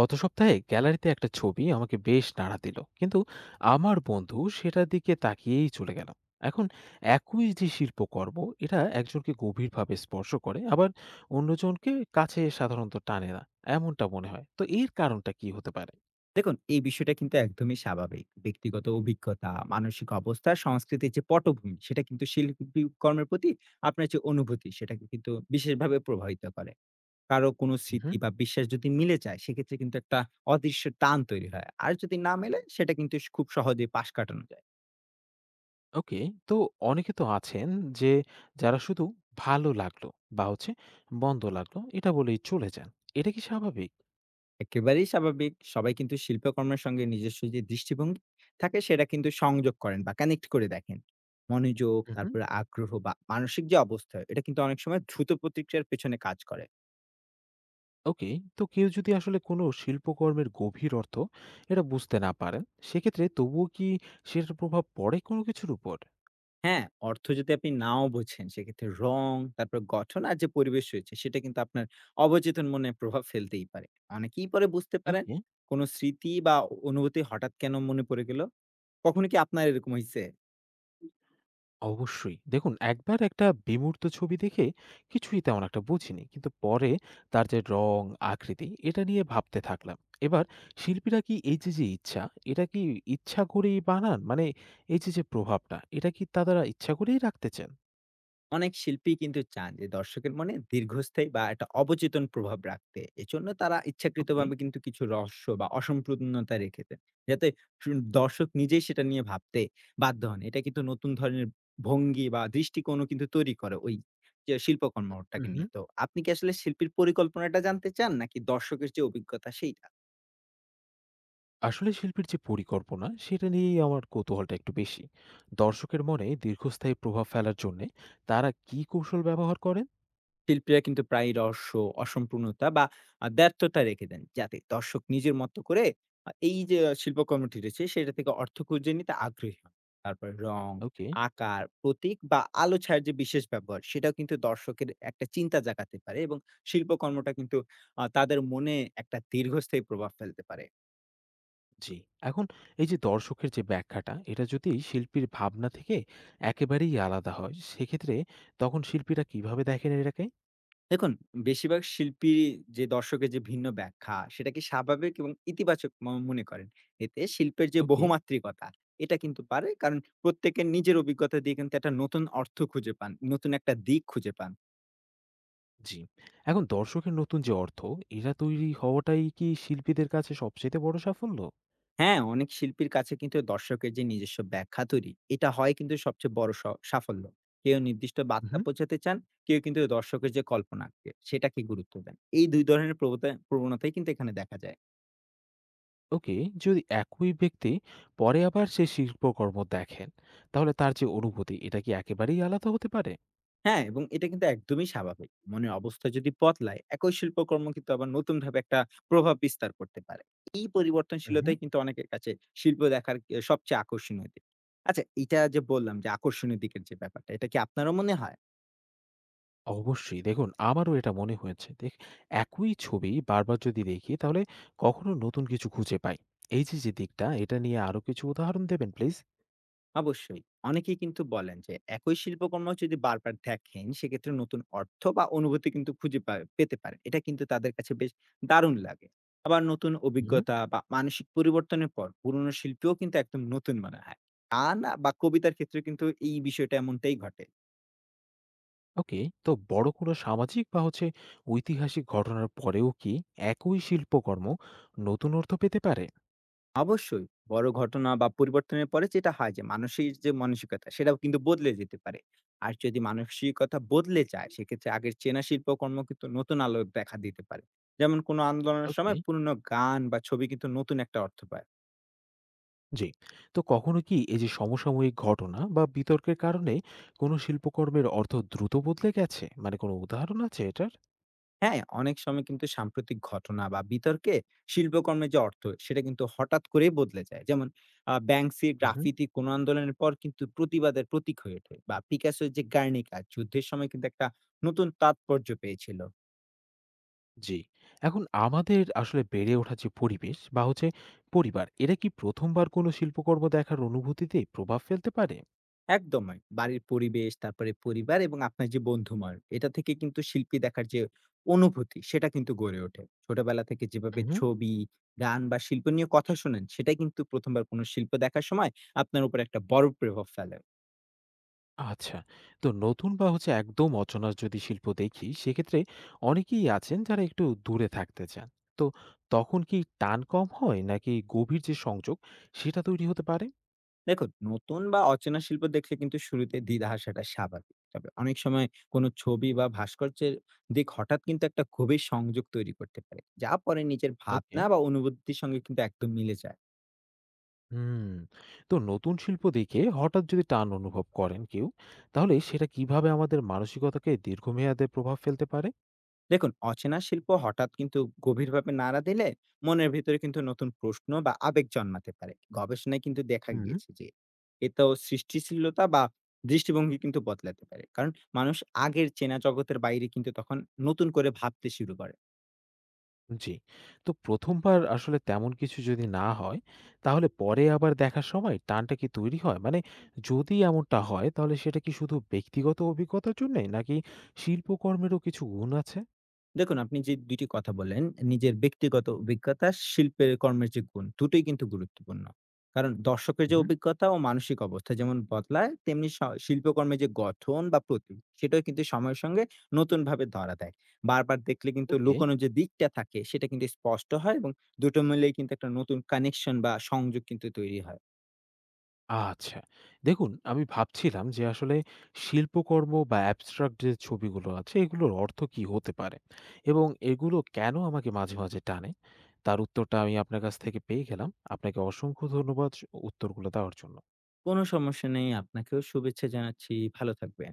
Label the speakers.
Speaker 1: গত সপ্তাহে গ্যালারিতে একটা ছবি আমাকে বেশ নাড়া দিল কিন্তু আমার বন্ধু সেটার দিকে তাকিয়েই চলে গেল। এখন একই যে শিল্পকর্ম এটা একজনকে গভীরভাবে স্পর্শ করে আবার অন্যজনকে কাছে সাধারণত টানে না এমনটা মনে হয়। তো এর কারণটা কি হতে পারে?
Speaker 2: দেখুন, এই বিষয়টা কিন্তু একদমই স্বাভাবিক। ব্যক্তিগত অভিজ্ঞতা, মানসিক অবস্থা, সংস্কৃতির যে পটভূমি, সেটা কিন্তু শিল্পকর্মের প্রতি আপনার যে অনুভূতি, সেটাকে কিন্তু বিশেষভাবে প্রভাবিত করে। কারো কোনো
Speaker 1: হুম।
Speaker 2: স্মৃতি বা বিশ্বাস যদি মিলে যায়, সেক্ষেত্রে কিন্তু একটা অদৃশ্য টান তৈরি হয়। আর যদি না মেলে, সেটা কিন্তু খুব সহজেই পাশ কাটানো যায়।
Speaker 1: ওকে। তো অনেকে তো আছেন যে যারা শুধু ভালো লাগলো বা বন্ধ লাগলো এটা বলেই চলে যান। এটা কি স্বাভাবিক?
Speaker 2: একেবারেই স্বাভাবিক। সবাই কিন্তু শিল্পকর্মের সঙ্গে নিজস্ব যে দৃষ্টিভঙ্গি থাকে সেটা কিন্তু সংযোগ করেন বা কানেক্ট করে দেখেন। মনোযোগ, তারপরে আগ্রহ বা মানসিক যে অবস্থা এটা কিন্তু অনেক সময় দ্রুত প্রতিক্রিয়ার পেছনে কাজ করে।
Speaker 1: ওকে, তো কেউ যদি আসলে কোনো শিল্পকর্মের গভীর অর্থ এটা বুঝতে না পারেন, সেক্ষেত্রে তবুও কি সেটার প্রভাব পড়ে কোনো কিছুর উপর?
Speaker 2: হ্যাঁ, অর্থ যদি আপনি নাও বোঝেন সেক্ষেত্রে রং, তারপর গঠন আর যে পরিবেশ রয়েছে সেটা কিন্তু আপনার অবচেতন মনে প্রভাব ফেলতেই পারে। অনেকেই পরে বুঝতে পারেন
Speaker 1: ওকে।
Speaker 2: কোন স্মৃতি বা অনুভূতি হঠাৎ কেন মনে পড়ে গেল? কখনো কি আপনার এরকম হইছে?
Speaker 1: অবশ্যই। দেখুন, একবার একটা বিমূর্ত ছবি দেখে কিছুই তেমন একটা বুঝিনি। কিন্তু পরে তার যে রং, আকৃতি এটা নিয়ে ভাবতে থাকলাম। এবার শিল্পীরা কি এই যে ইচ্ছা, এটা কি ইচ্ছা করেই বানান? মানে এই যে প্রভাবটা, এটা কি তারা ইচ্ছা করেই রাখতে চান?
Speaker 2: অনেক শিল্পী কিন্তু চান যে দর্শকের মনে দীর্ঘস্থায়ী বা একটা অবচেতন প্রভাব রাখতে এজন্য তারা
Speaker 1: ওকে।
Speaker 2: ইচ্ছাকৃতভাবে কিন্তু কিছু রহস্য বা অসম্পূর্ণতা রেখে দেন, যাতে দর্শক নিজেই সেটা নিয়ে ভাবতে বাধ্য হন। এটা কিন্তু নতুন ধরনের ভঙ্গি বা দৃষ্টিকোণও কিন্তু তৈরি করে ওই যে শিল্পকর্মটাকে
Speaker 1: হুম।
Speaker 2: নিয়ে। তো আপনি কি আসলে শিল্পীর পরিকল্পনাটা জানতে চান নাকি দর্শকের যে অভিজ্ঞতা সেইটা?
Speaker 1: আসলে শিল্পীর যে পরিকল্পনা সেটা নিয়েই আমার কৌতূহলটা একটু বেশি। দর্শকের মনে দীর্ঘস্থায়ী প্রভাব ফেলার জন্য তারা কি কৌশল ব্যবহার করেন?
Speaker 2: শিল্পীরা কিন্তু প্রায়ই রহস্য, অসম্পূর্ণতা বা ব্যর্থতা রেখে দেন। যাতে দর্শক নিজের মতো করে এই যে শিল্পকর্মটি রয়েছে সেটা থেকে অর্থ খুঁজে নিতে আগ্রহী হন। তারপরে রং,
Speaker 1: ওকে।
Speaker 2: আকার, প্রতীক বা আলো ছায়ার যে বিশেষ ব্যবহার সেটাও কিন্তু দর্শকের একটা চিন্তা জাগাতে পারে এবং শিল্পকর্মটা কিন্তু তাদের মনে একটা দীর্ঘস্থায়ী প্রভাব ফেলতে পারে।
Speaker 1: জি। এখন এই যে দর্শকের যে ব্যাখ্যাটা এটা যদি শিল্পীর ভাবনা থেকে একেবারেই আলাদা হয় সেক্ষেত্রে তখন শিল্পীরা কিভাবে দেখেন এটাকে?
Speaker 2: দেখুন, বেশিরভাগ শিল্পী যে দর্শকের যে ভিন্ন ব্যাখ্যা, সেটাকে স্বাভাবিক এবং ইতিবাচক মনে করেন। এতে শিল্পের যে
Speaker 1: ওকে।
Speaker 2: বহুমাত্রিকতা, এটা কিন্তু পারে। কারণ প্রত্যেকের নিজের অভিজ্ঞতা দিয়ে কিন্তু একটা নতুন অর্থ খুঁজে পান, নতুন একটা দিক খুঁজে পান।
Speaker 1: জি। এখন দর্শকের নতুন যে অর্থ এটা তৈরি হওয়াটাই কি শিল্পীদের কাছে সবচেয়ে বড় সাফল্য?
Speaker 2: হ্যাঁ, অনেক শিল্পীর কাছে কিন্তু দর্শকের যে নিজস্ব ব্যাখ্যা তৈরি, এটা হয় কিন্তু সবচেয়ে বড় সাফল্য। কেউ নির্দিষ্ট বার্তা
Speaker 1: হুম।
Speaker 2: পৌঁছাতে চান, কেউ কিন্তু দর্শকের যে কল্পনাকে, সেটাকে গুরুত্ব দেন। এই ২ ধরনের প্রবণতাই কিন্তু এখানে দেখা যায়।
Speaker 1: ওকে। যদি একই ব্যক্তি পরে আবার সেই শিল্পকর্ম দেখেন তাহলে তার যে অনুভূতি এটা কি একেবারেই আলাদা হতে পারে?
Speaker 2: হ্যাঁ, এবং এটা কিন্তু একদমই স্বাভাবিক। মনের অবস্থা যদি বদলায়, একই শিল্পকর্ম কিন্তু আবার নতুনভাবে একটা প্রভাব বিস্তার করতে পারে। এই
Speaker 1: হুম।
Speaker 2: পরিবর্তনশীলতাই কিন্তু অনেকের কাছে শিল্প দেখার সবচেয়ে আকর্ষণীয় দিক। আচ্ছা, এটা যে বললাম যে আকর্ষণীয় দিকের যে ব্যাপারটা, এটা কি আপনারও মনে হয়?
Speaker 1: অবশ্যই। দেখুন, আমারও এটা মনে হয়েছে। একই ছবি বারবার যদি দেখি তাহলে কখনো নতুন কিছু খুঁজে পাই। এই যে যে দিকটা এটা নিয়ে আরো কিছু উদাহরণ দেবেন প্লিজ।
Speaker 2: অবশ্যই, অনেকেই কিন্তু বলেন যে একই শিল্পকর্ম যদি বারবার দেখেন সেক্ষেত্রে নতুন অর্থ বা অনুভূতি কিন্তু খুঁজে পেতে পারে। এটা কিন্তু তাদের কাছে বেশ দারুণ লাগে। আবার নতুন
Speaker 1: হুম।
Speaker 2: অভিজ্ঞতা বা মানসিক পরিবর্তনের পর পুরনো শিল্পীও কিন্তু একদম নতুন মনে হয়। গান বা কবিতার ক্ষেত্রে কিন্তু এই বিষয়টা এমনটাই ঘটে।
Speaker 1: ওকে। তো বড় কোনো সামাজিক বা ঐতিহাসিক ঘটনার পরেও কি একই শিল্পকর্ম নতুন অর্থ পেতে পারে?
Speaker 2: অবশ্যই। বড় ঘটনা বা পরিবর্তনের পরে যেটা হয় যে মানুষের যে মানসিকতা সেটাও কিন্তু বদলে যেতে পারে। আর যদি মানসিকতা বদলে যায় সেক্ষেত্রে আগের চেনা শিল্পকর্ম কিন্তু নতুন আলোয় দেখা দিতে পারে। যেমন কোনো আন্দোলনের
Speaker 1: ওকে।
Speaker 2: সময় পুরনো গান বা ছবি কিন্তু নতুন একটা অর্থ পায়।
Speaker 1: জি। তো কখনো কি এই যে সমসাময়িক ঘটনা বা বিতর্কের কারণে কোনো শিল্পকর্মের অর্থ দ্রুত বদলে গেছে? মানে কোনো উদাহরণ আছে এটার?
Speaker 2: হ্যাঁ, অনেক সময় কিন্তু সাম্প্রতিক ঘটনা বা বিতর্কে শিল্পকর্মের যে অর্থ সেটা কিন্তু হঠাৎ করেই বদলে যায়। যেমন ব্যাংকসির
Speaker 1: উহু।
Speaker 2: গ্রাফিতি কোনো আন্দোলনের পর কিন্তু প্রতিবাদের প্রতীক হয়ে ওঠে, বা পিকাসোর যে গার্নিকা যুদ্ধের সময় কিন্তু একটা নতুন তাৎপর্য পেয়েছিল।
Speaker 1: জি। এখন আমাদের আসলে বেড়ে ওঠার যে পরিবেশ বা পরিবার, এরা কি ১ম বার কোনো শিল্পকর্ম দেখার অনুভূতিতে প্রভাব ফেলতে পারে?
Speaker 2: একদম ভাই। বাড়ির পরিবেশ, তারপরে পরিবার এবং আপনার যে বন্ধুমহল, এটা থেকে কিন্তু শিল্পী দেখার যে অনুভূতি, সেটা কিন্তু গড়ে ওঠে। ছোটবেলা থেকে যেভাবে
Speaker 1: উহু।
Speaker 2: ছবি, গান বা শিল্প নিয়ে কথা শোনেন, সেটাই কিন্তু ১ম বার কোনো শিল্প দেখার সময় আপনার উপর একটা বড় প্রভাব ফেলে।
Speaker 1: আচ্ছা। তো নতুন বা একদম অচেনা যদি শিল্প দেখি, সেক্ষেত্রে অনেকেই আছেন যারা একটু দূরে থাকতে চান। তো তখন কি টান কম হয় নাকি গভীর যে সংযোগ, সেটা তৈরি হতে পারে?
Speaker 2: দেখুন, নতুন বা অচেনা শিল্প দেখলে কিন্তু শুরুতে দ্বিধা আসাটা স্বাভাবিক। তবে অনেক সময় কোনো ছবি বা ভাস্কর্যের দিক হঠাৎ কিন্তু একটা গভীর সংযোগ তৈরি করতে পারে, যা পরে নিজের
Speaker 1: ওকে।
Speaker 2: ভাবনা বা অনুভূতির সঙ্গে কিন্তু একদম মিলে যায়।
Speaker 1: হুম। তো নতুন শিল্প দেখে হঠাৎ যদি টান অনুভব করেন কেউ, তাহলে সেটা কিভাবে আমাদের মানসিকতাকে দীর্ঘমেয়াদে প্রভাব ফেলতে পারে?
Speaker 2: দেখুন, অচেনা শিল্প হঠাৎ কিন্তু গভীরভাবে নাড়া দিলে মনের ভিতরে কিন্তু নতুন প্রশ্ন বা আবেগ জন্মাতে পারে। গবেষণায় কিন্তু দেখা
Speaker 1: হুম।
Speaker 2: গিয়েছে যে এতেও সৃষ্টিশীলতা বা দৃষ্টিভঙ্গি কিন্তু বদলাতে পারে, কারণ মানুষ আগের চেনা জগতের বাইরে কিন্তু তখন নতুন করে ভাবতে শুরু করে।
Speaker 1: জি। তো ১ম বার আসলে তেমন কিছু যদি না হয়, তাহলে পরে আবার দেখার সময় টানটা কি তৈরি হয়? মানে যদি এমনটা হয়, তাহলে সেটা কি শুধু ব্যক্তিগত অভিজ্ঞতার জন্যে নাকি শিল্পকর্মেরও কিছু গুণ আছে?
Speaker 2: দেখুন, আপনি যে ২ টি কথা বললেন, নিজের ব্যক্তিগত অভিজ্ঞতা, শিল্পের কর্মের যে গুণ, দুটোই কিন্তু গুরুত্বপূর্ণ। কারণ দর্শকের যে
Speaker 1: হুম।
Speaker 2: অভিজ্ঞতা ও মানসিক অবস্থা যেমন বদলায়, তেমনি শিল্পকর্মের যে গঠন বা প্রতি, সেটাও কিন্তু সময়ের সঙ্গে নতুনভাবে ধরা দেয়। বারবার দেখলে কিন্তু
Speaker 1: ওকে।
Speaker 2: লুকোনো যে দিকটা থাকে, সেটা কিন্তু স্পষ্ট হয় এবং দুটো মিলেই কিন্তু একটা নতুন কানেকশন বা সংযোগ কিন্তু তৈরি হয়।
Speaker 1: আচ্ছা। দেখুন, আমি ভাবছিলাম যে আসলে শিল্পকর্ম বা অ্যাবস্ট্রাক্ট যে ছবিগুলো আছে এগুলোর অর্থ কী হতে পারে? এবং এগুলো কেন আমাকে মাঝে, মাঝে টানে? তার উত্তরটা আমি আপনার কাছ থেকে পেয়ে গেলাম। আপনাকে অসংখ্য ধন্যবাদ উত্তরগুলো দেওয়ার জন্য।
Speaker 2: কোনো সমস্যা নেই। আপনাকেও শুভেচ্ছা জানাচ্ছি। ভালো থাকবেন।